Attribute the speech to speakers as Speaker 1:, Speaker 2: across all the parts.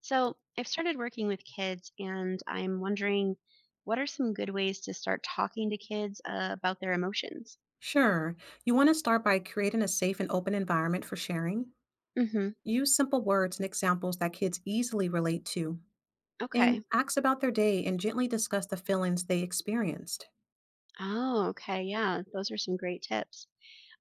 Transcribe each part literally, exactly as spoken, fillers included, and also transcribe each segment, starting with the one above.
Speaker 1: So, I've started working with kids, and I'm wondering what are some good ways to start talking to kids, uh, about their emotions?
Speaker 2: Sure. You want to start by creating a safe and open environment for sharing.
Speaker 1: Hmm.
Speaker 2: Use simple words and examples that kids easily relate to,
Speaker 1: Okay.
Speaker 2: and ask about their day and gently discuss the feelings they experienced.
Speaker 1: Oh, okay. Yeah, those are some great tips.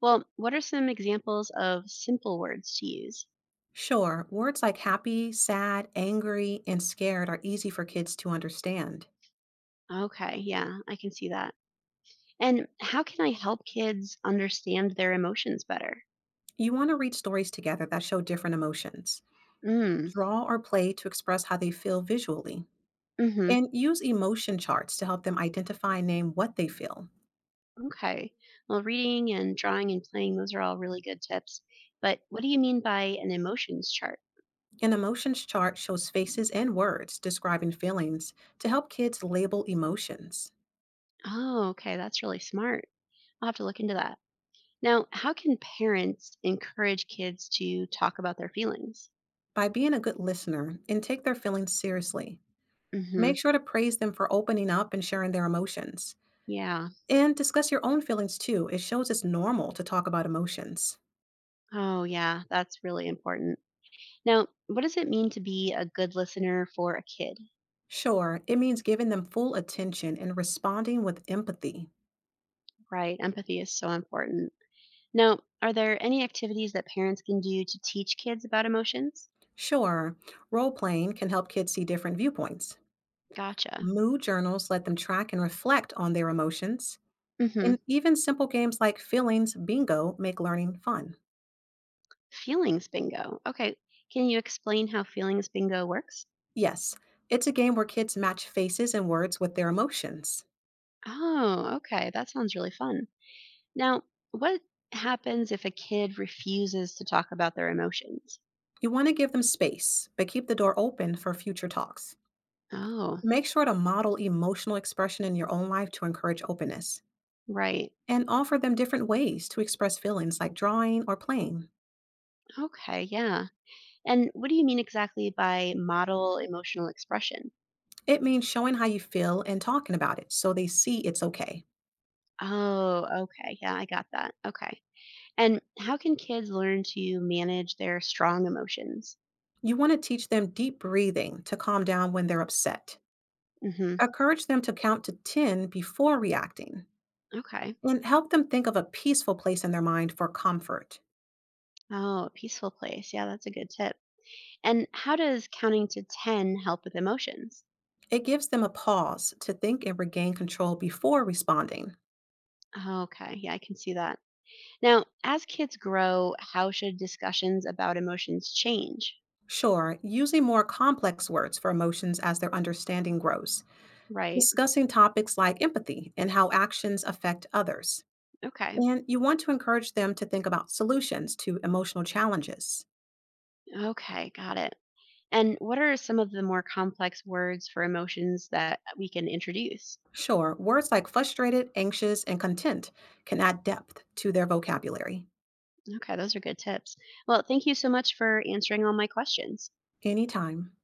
Speaker 1: Well, what are some examples of simple words to use?
Speaker 2: Sure, words like happy, sad, angry, and scared are easy for kids to understand.
Speaker 1: Okay. Yeah, I can see that. And how can I help kids understand their emotions better?
Speaker 2: You want to read stories together that show different emotions.
Speaker 1: Mm,
Speaker 2: Draw or play to express how they feel visually,
Speaker 1: mm-hmm.
Speaker 2: and use emotion charts to help them identify and name what they feel.
Speaker 1: Okay. Well, reading and drawing and playing, those are all really good tips. But what do you mean by an emotions chart?
Speaker 2: An emotions chart shows faces and words describing feelings to help kids label emotions.
Speaker 1: Oh, okay. That's really smart. I'll have to look into that. Now, how can parents encourage kids to talk about their feelings?
Speaker 2: By being a good listener and take their feelings seriously,
Speaker 1: Hmm.
Speaker 2: make sure to praise them for opening up and sharing their emotions.
Speaker 1: Yeah.
Speaker 2: And discuss your own feelings too. It shows it's normal to talk about emotions.
Speaker 1: Oh, yeah. That's really important. Now, what does it mean to be a good listener for a kid?
Speaker 2: Sure, it means giving them full attention and responding with empathy.
Speaker 1: Right? Empathy is so important. Now, are there any activities that parents can do to teach kids about emotions?
Speaker 2: Sure, role playing can help kids see different viewpoints.
Speaker 1: Gotcha.
Speaker 2: Mood journals let them track and reflect on their emotions.
Speaker 1: Mm hmm
Speaker 2: And even simple games like Feelings Bingo make learning fun.
Speaker 1: Feelings bingo. Okay. Can you explain how feelings bingo works?
Speaker 2: Yes, it's a game where kids match faces and words with their emotions.
Speaker 1: Oh, okay. That sounds really fun. Now, what happens if a kid refuses to talk about their emotions?
Speaker 2: You want to give them space, but keep the door open for future talks.
Speaker 1: Oh,
Speaker 2: Make sure to model emotional expression in your own life to encourage openness
Speaker 1: right.
Speaker 2: and offer them different ways to express feelings like drawing or playing.
Speaker 1: Okay, yeah. And what do you mean exactly by model emotional expression?
Speaker 2: It means showing how you feel and talking about it so they see it's okay.
Speaker 1: Oh, okay. Yeah, I got that. Okay. And how can kids learn to manage their strong emotions?
Speaker 2: You want to teach them deep breathing to calm down when they're upset.
Speaker 1: Mhm.
Speaker 2: Encourage them to count to ten before reacting
Speaker 1: Okay.
Speaker 2: and help them think of a peaceful place in their mind for comfort.
Speaker 1: Oh, a peaceful place. Yeah, that's a good tip. And how does counting to ten help with emotions?
Speaker 2: It gives them a pause to think and regain control before responding.
Speaker 1: Okay. Yeah, I can see that. Now, as kids grow, how should discussions about emotions change?
Speaker 2: Sure, using more complex words for emotions as their understanding grows,
Speaker 1: Right.
Speaker 2: discussing topics like empathy and how actions affect others.
Speaker 1: Okay.
Speaker 2: And you want to encourage them to think about solutions to emotional challenges.
Speaker 1: Okay, got it. And what are some of the more complex words for emotions that we can introduce?
Speaker 2: Sure, words like frustrated, anxious, and content can add depth to their vocabulary.
Speaker 1: Okay. Those are good tips. Well, thank you so much for answering all my questions.
Speaker 2: Anytime.